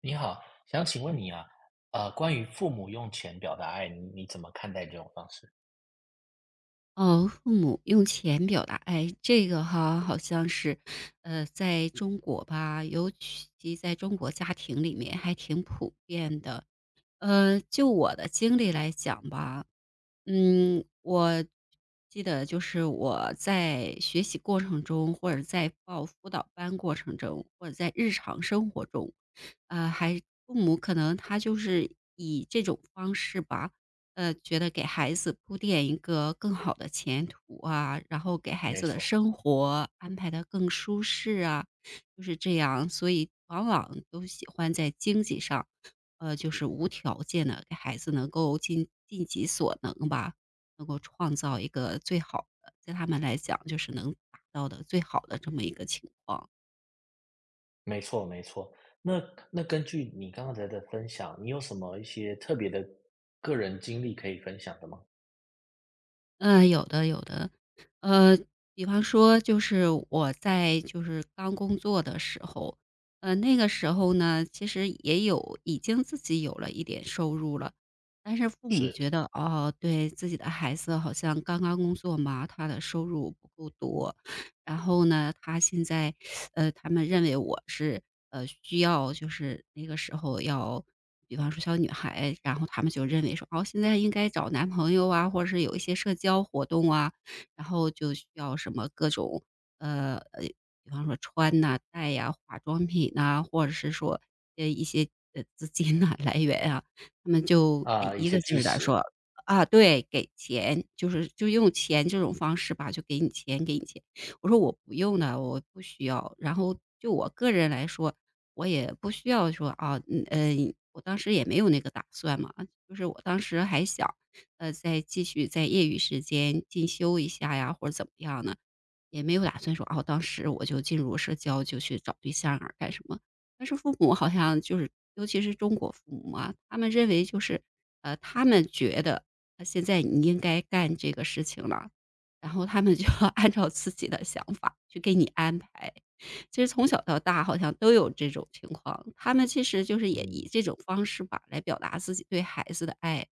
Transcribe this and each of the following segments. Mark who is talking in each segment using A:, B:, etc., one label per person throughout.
A: 你好，想请问你啊，关于父母用钱表达爱，你怎么看待这种方式？
B: 哦，父母用钱表达爱，这个哈好像是，在中国吧，尤其在中国家庭里面还挺普遍的。就我的经历来讲吧，我记得就是我在学习过程中，或者在报辅导班过程中，或者在日常生活中，呃，还父母可能他就是以这种方式吧，觉得给孩子铺垫一个更好的前途啊，然后给孩
A: 没
B: 子的
A: 错，
B: 生活安排的更舒适啊，就是这样，所以往往都喜欢在经济上。就是无条件的给孩子能够尽己所能吧，能够创造一个最好的，在他们来讲就是能达到的最好的这么一个情况。
A: 没错，没错。那根据你刚才的分享，你有什么一些特别的个人经历可以分享的吗？
B: 嗯，有的有的。呃，比方说就是我在就是刚工作的时候，那个时候呢，其实也有已经自己有了一点收入了，但是父母
A: 是
B: 觉得，哦，对，自己的孩子好像刚刚工作嘛，他的收入不够多，然后呢，他现在，他们认为我是，需要就是那个时候要比方说小女孩，然后他们就认为说，哦，现在应该找男朋友啊，或者是有一些社交活动啊，然后就需要什么各种，呃，呃，比方说穿呐、戴呀、化妆品呐，或者是说，一些，资金呐 来源啊，他们就，
A: 啊，一
B: 一
A: 些
B: 个劲
A: 支
B: 儿的
A: 持，
B: 说啊，对，给钱，就是就用钱这种方式吧，就给你钱，给你钱。我说我不用的，我不需要。然后就我个人来说，我也不需要说啊，我当时也没有那个打算嘛，就是我当时还想，再继续在业余时间进修一下呀，或者怎么样呢，也没有打算说哦，当时我就进入社交就去找对象啊干什么。但是父母好像就是，尤其是中国父母啊，他们认为就是，他们觉得现在你应该干这个事情了，然后他们就要 按照自己的想法去给你安排。其实从小到大好像都有这种情况，他们其实就是也以
A: 嗯，
B: 这种方式吧，来表达自己对孩子的爱。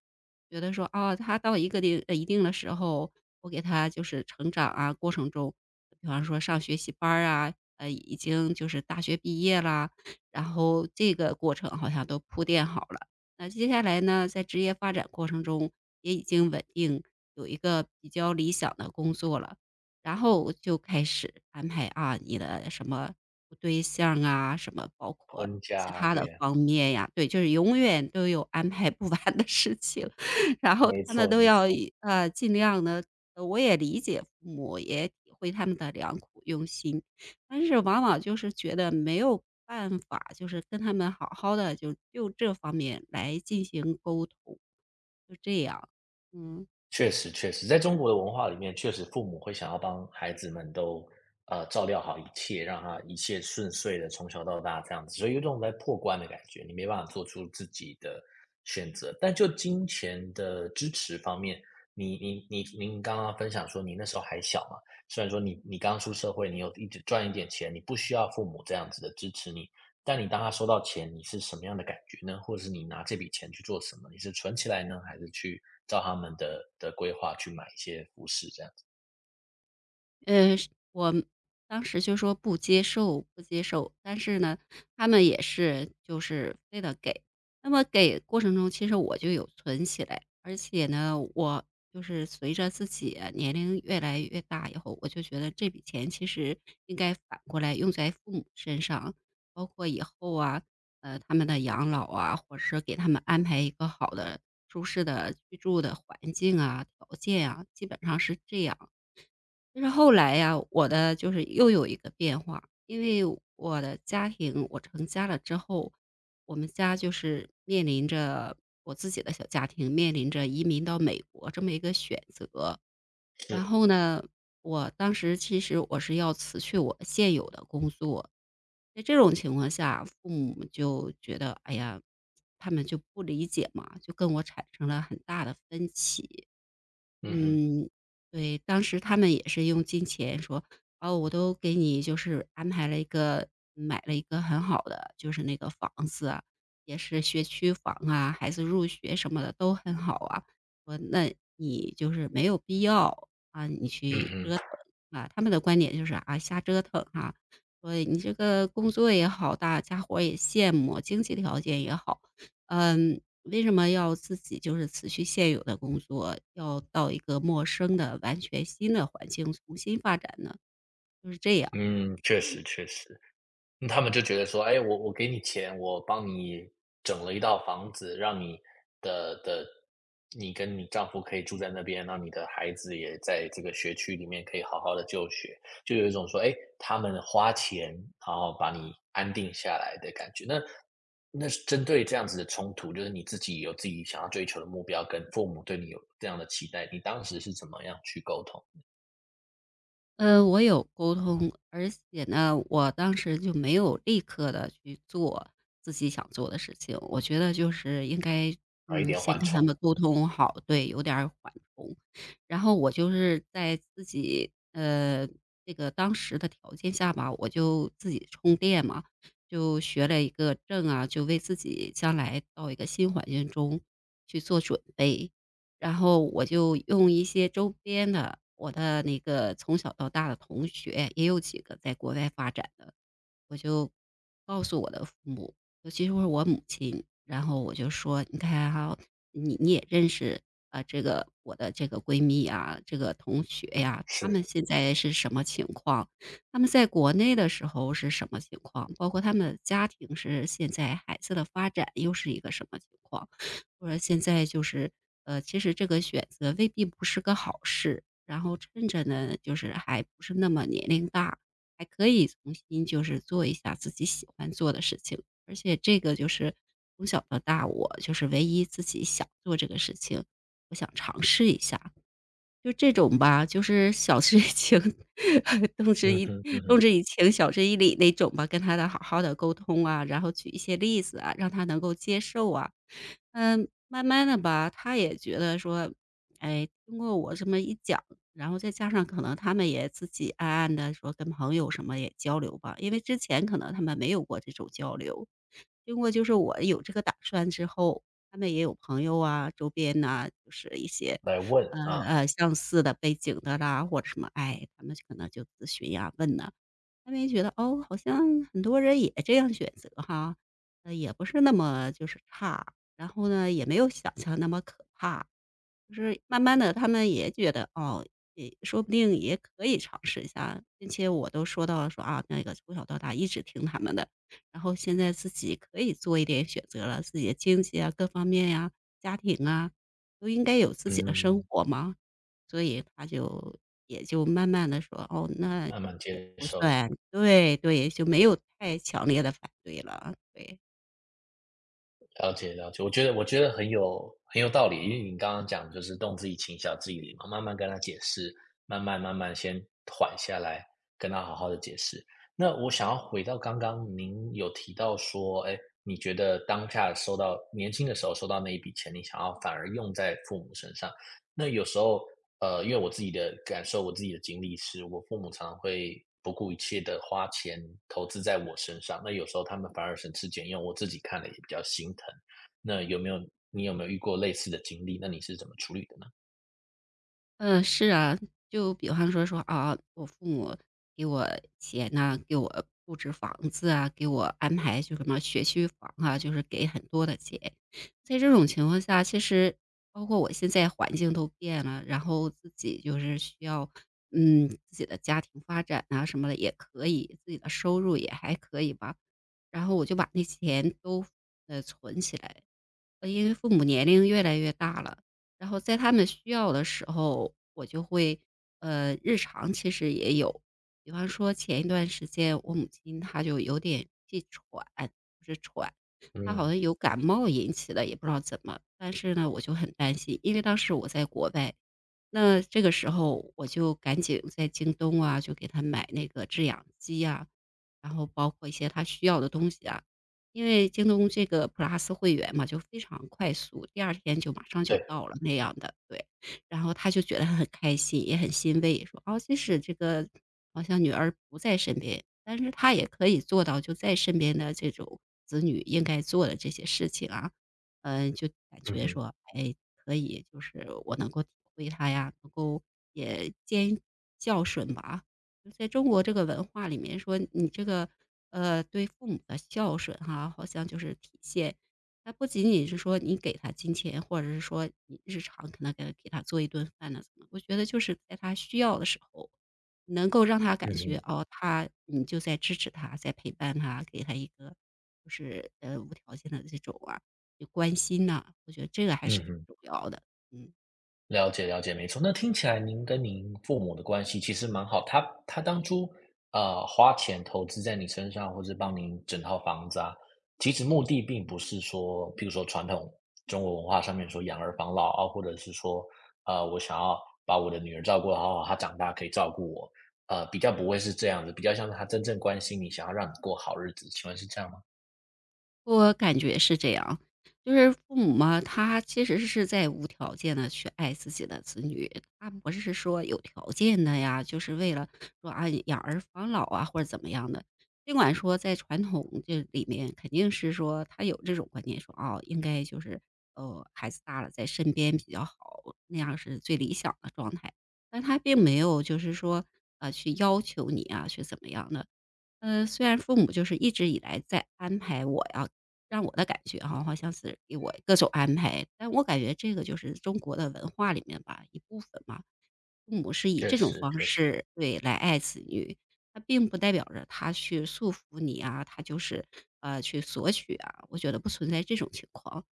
B: 觉得说，啊，他到一个一定的时候，我给他就是成长啊，过程中，比方说上学习班儿啊，已经就是大学毕业啦，然后这个过程好像都铺垫好了。那接下来呢，在职业发展过程中也已经稳定，有一个比较理想的工作了。然后我就开始安排啊，你的什么对象啊，什么包括
A: 婚
B: 其
A: 家，
B: 他
A: 对
B: 的
A: 呀，
B: 方面呀，对，就是永远都有安排不完的事情。然后
A: 没
B: 他们
A: 错，
B: 都
A: 没
B: 要
A: 错。
B: 尽量的，我也理解父母，也体会他们的良苦用心，但是往往就是觉得没有办法，就是跟他们好好的就这方面来进行沟通，就这样，嗯。
A: 确实确实，在中国的文化里面，确实父母会想要帮孩子们都，照料好一切，让他一切顺遂的从小到大这样子，所以有种在破关的感觉，你没办法做出自己的选择。但就金钱的支持方面，你你你您刚刚分享说你那时候还小嘛，虽然说你刚出社会，你有一直赚一点钱，你不需要父母这样子的支持你，但你当他收到钱，你是什么样的感觉呢？或者是你拿这笔钱去做什么？你是存起来呢，还是去照他们的规划去买一些服饰这样子？
B: 是我当时就说不接受，不接受。但是呢，他们也是就是非得给。那么给过程中，其实我就有存起来，而且呢，我就是随着自己啊年龄越来越大以后，我就觉得这笔钱其实应该反过来用在父母身上，包括以后啊，他们的养老啊，或者是给他们安排一个好的、舒适的居住的环境啊、条件啊，基本上是这样。但是后来呀，我的就是又有一个变化，因为我的家庭我成家了之后，我们家就是面临着我自己的小家庭面临着移民到美国这么一个选择。然
A: 是，
B: 后呢，我当时其实我是要辞去我现有的工作，在这种情况下，父母就觉得，哎呀，他们就不理解嘛，就跟我产生了很大的分歧。
A: 嗯哼，
B: 嗯，对，当时他们也是用金钱说：“哦，我都给你就是安排了一个买了一个很好的，就是那个房子啊，也是学区房啊，孩子入学什么的都很好啊。”我那你就是没有必要啊，你
A: 嗯
B: 去折
A: 哼，
B: 腾啊。”他们的观点就是啊，瞎折腾啊，所以你这个工作也好，大家伙儿也羡慕，经济条件也好，为什么要自己就是辞去现有的工作，要到一个陌生的、完全新的环境重新发展呢？就是这样。
A: 嗯，确实确实。嗯，他们就觉得说，哎，我给你钱，我帮你整了一套房子，让你的的你跟你丈夫可以住在那边，让你的孩子也在这个学区里面可以好好的就学，就有一种说，哎，他们花钱然后把你安定下来的感觉。那是针对这样子的冲突，就是你自己有自己想要追求的目标，跟父母对你有这样的期待，你当时是怎么样去沟通，
B: 我有沟通，而且呢，我当时就没有立刻的去做自己想做的事情。我觉得就是应该，
A: 啊，一点
B: 先
A: 缓
B: 跟他
A: 冲？
B: 们沟通好，对，有点儿缓冲。然后我就是在自己，这个当时的条件下吧，我就自己充电嘛，就学了一个证啊，就为自己将来到一个新环境中去做准备。然后我就用一些周边的我的那个从小到大的同学，也有几个在国外发展的，我就告诉我的父母，尤其是我母亲，然后我就说：“你看哈，你也认识啊，这个我的这个闺蜜啊，这个同学呀，她
A: 是，
B: 们现在是什么情况？她们在国内的时候是什么情况？包括她们的家庭是现在孩子的发展又是一个什么情况？”或者现在就是其实这个选择未必不是个好事，然后趁着呢，就是还不是那么年龄大。”还可以重新就是做一下自己喜欢做的事情，而且这个就是从小到大我就是唯一自己想做这个事情，我想就这种吧，就是晓之以情，动之
A: 嗯
B: 以
A: 哼，嗯
B: 动
A: 哼，
B: 之以情，晓之以理那种吧，跟他的好好的沟通啊，然后举一些例子啊，让他能够接受啊。嗯，慢慢的吧，他也觉得说，哎，经过我这么一讲，然后再加上可能他们也自己暗暗的说跟朋友什么也交流吧，因为之前可能他们没有过这种交流。经过就是我有这个打算之后，他们也有朋友啊，周边呐，就是一些
A: 来问啊，
B: 相似的背景的啦，或者什么，哎，他们可能就咨询呀、问呐，他们也觉得，哦，好像很多人也这样选择哈，也不是那么就是差，然后呢，也没有想象那么可怕。就是慢慢的，他们也觉得，哦，也说不定也可以尝试一下，并且我都说到了说，啊，那个从小到大一直听他们的，然后现在自己可以做一点选择了，自己的经济啊，各方面呀，家庭啊，都应该有自己的生
A: 嗯。
B: 活嘛。所以他就也就慢慢的说，哦，那
A: 慢慢
B: 也
A: 接
B: 不
A: 受，
B: 算对，对，就没有太强烈的反对了，对。
A: 了解了解。我觉得很有道理，因为你刚刚讲就是动自己情，晓自己理嘛，慢慢跟他解释，慢慢先缓下来，跟他好好的解释。那我想要回到刚刚您有提到说，哎，你觉得当下收到年轻的时候收到那一笔钱，你想要反而用在父母身上，那有时候因为我自己的感受，我自己的经历是，我父母常常会不顾一切的花钱投资在我身上，那有时候他们反而省吃俭用，我自己看了也比较心疼。那你有没有遇过类似的经历？那你是怎么处理的呢？
B: 嗯，是啊，就比方说啊，我父母给我钱呐、给我布置房子啊，给我安排就什么学区房啊，就是给很多的钱。在这种情况下，其实包括我现在环境都变了，然后自己就是需要，自己的家庭发展啊什么的也可以，自己的收入也还可以吧。然后我就把那钱都存起来，因为父母年龄越来越大了，然后在他们需要的时候，我就会日常其实也有，比方说前一段时间我母亲她就有点气喘，就是喘，她好
A: 嗯，
B: 像有感冒引起的，也不知道怎么，但是呢，我就很担心，因为当时我在国外，那这个时候我就赶紧在京东啊，就给她买那个制氧机啊，然后包括一些她需要的东西啊。因为京东这个 Plus 会员嘛，就非常快速，第二天就马上就
A: 对，
B: 到了，那样的，对。然后他就觉得很开心，也很欣慰，说：“哦，即使这个好像女儿不在身边，但是他也可以做到就在身边的这种子女应该做的这些事情啊。”嗯，就感
A: 嗯
B: 觉
A: 哼，
B: 说，哎，可以，就是我能够体会他呀，能够也兼孝顺吧。在中国这个文化里面说，你这个对父母的孝顺哈、好像就是体现，它不仅仅是说你给他金钱，或者是说你日常可能给他做一顿饭呢，怎么？我觉得就是在他需要的时候，能够让他
A: 嗯
B: 感觉
A: 哼，
B: 哦，他你就在支持他，在陪伴他，给他一个就是无条件的这种啊，就关心呐、我觉得这个还是
A: 嗯
B: 挺
A: 哼。
B: 重要的。嗯。
A: 了解了解，没错。那听起来您跟您父母的关系其实蛮好，他当初花钱投资在你身上，或是帮您整套房子啊，其实目的并不是说，譬如说传统中国文化上面说养儿防老啊，或者是说我想要把我的女儿照顾好好，她长大可以照顾我，比较不会是这样子，比较像是他真正关心你，想要让你过好日子。请问是这样吗？
B: 我感觉是这样，就是父母嘛，他其实是在无条件的去爱自己的子女，他不是说有条件的呀，就是为了说啊养儿防老啊或者怎么样的。尽管说在传统这里面肯定是说他有这种观念说，哦，应该就是孩子大了在身边比较好，那样是最理想的状态。但他并没有就是说啊去要求你啊去怎么样的，虽然父母就是一直以来在安排我呀，让我的感觉哈，好像是给我各种安排，但我感觉这个就是中国的文化里面吧，一部分嘛。父母是以
A: 确
B: 这种
A: 实，
B: 方
A: 确实，
B: 式对来爱子女，他并不代表着他去束缚你啊，他就是去索取啊，我觉得不存在这种情况。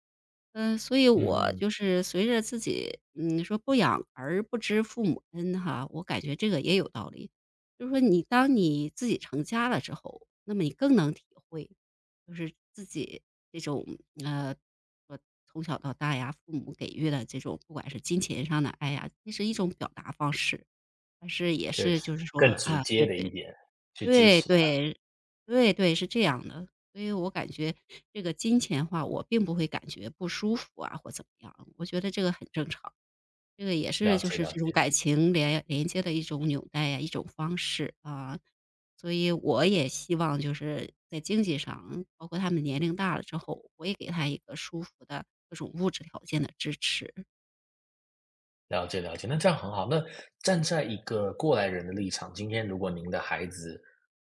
B: 嗯，所以
A: 嗯
B: 我
A: 嗯，
B: 就是随着自己，嗯，说不养儿不知父母恩哈，我感觉这个也有道理。就是说你当你自己成家了之后，那么你更能体会，就是自己这种呃，我从小到大呀，父母给予的这种不管是金钱上的爱呀，那是一种表达方式，但是也
A: 确
B: 是
A: 实，
B: 就是说
A: 更直
B: 啊，
A: 接
B: 对
A: 的一
B: 对，
A: 点去支
B: 对
A: 持他。
B: 对，对对，是这样的。所以我感觉这个金钱话，我并不会感觉不舒服啊或怎么样，我觉得这个很正常。这个也是
A: 了
B: 就
A: 解
B: 是
A: 了
B: 这种
A: 解。
B: 感情连接的一种纽带呀，一种方式啊。所以我也希望就是在经济上，包括他们年龄大了之后，我也给他一个舒服的各种物质条件的支持。
A: 了解了解，那这样很好。那站在一个过来人的立场，今天如果您的孩子，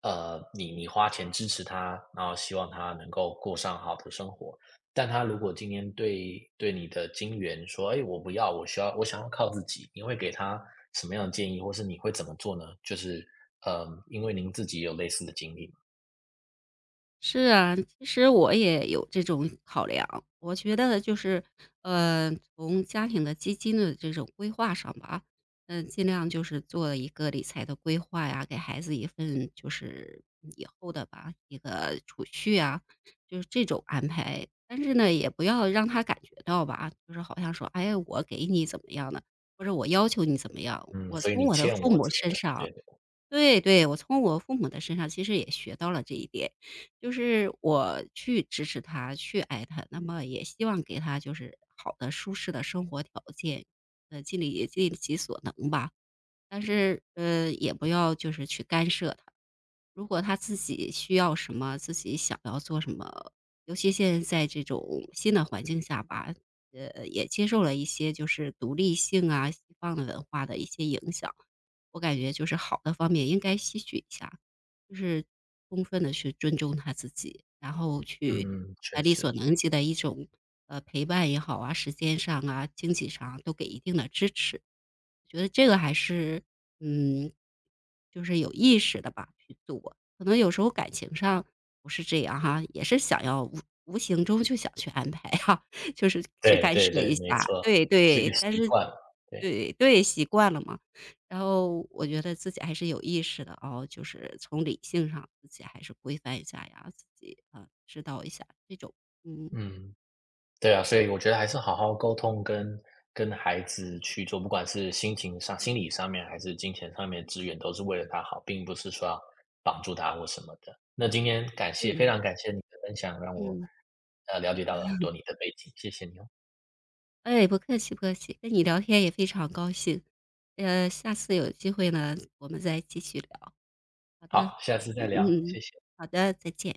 A: 你花钱支持他，然后希望他能够过上好的生活，但他如果今天对你的金源说：“哎，我不要，我需要，我想要靠自己。”你会给他什么样的建议，或是你会怎么做呢？就是，嗯，因为您自己有类似的经历嘛，
B: 是啊，其实我也有这种考量。我觉得就是，从家庭的基金的这种规划上吧，嗯，尽量就是做一个理财的规划呀，给孩子一份就是以后的吧一个储蓄啊，就是这种安排。但是呢，也不要让他感觉到吧，就是好像说，哎，我给你怎么样的，或者我要求你怎么样。
A: 嗯，
B: 我
A: 所以
B: 从
A: 你
B: 我的
A: 欠
B: 父
A: 我
B: 母
A: 怎么
B: 身
A: 的，
B: 上
A: 对对，
B: 对对，我从我父母的身上其实也学到了这一点，就是我去支持他，去爱他，那么也希望给他就是好的、舒适的生活条件，尽力也尽其所能吧。但是，也不要就是去干涉他。如果他自己需要什么，自己想要做什么，尤其现在这种新的环境下吧，也接受了一些就是独立性啊，西方的文化的一些影响，我感觉就是好的方面应该吸取一下。就是充分的去尊重他自己，然后去
A: 嗯嗯，
B: 给他
A: 确
B: 力所
A: 实，
B: 能及的一种，陪伴也好啊，时间上啊、经济上啊都给一定的支持。觉得这个还是，嗯，就是有意识的吧去做。可能有时候感情上不是这样哈，也是想要无形中就想去安排哈，就是去
A: 对
B: 干
A: 对
B: 涉
A: 对，
B: 一
A: 没
B: 下。
A: 错，
B: 对
A: 是一个
B: 对，
A: 习
B: 但是
A: 惯，对，
B: 对对，习惯了嘛。然后我觉得自己还是有意识的哦，就是从理性上自己还是规范一下呀，自己啊知道一下这种，嗯
A: 嗯。对啊，所以我觉得还是好好沟通跟孩子去做，不管是心情上、心理上面，还是金钱上面的资源都是为了他好，并不是说要绑住他或什么的。那今天感谢，非
B: 嗯。
A: 常感谢你的分享，让我
B: 嗯，
A: 了解到了很多你的背景，谢谢你哦。
B: 哎，不客气不客气，跟你聊天也非常高兴，下次有机会呢，我们再继续聊。好的，
A: 好，下次
B: 嗯
A: 再聊，
B: 嗯嗯
A: 谢谢。
B: 好的，再见。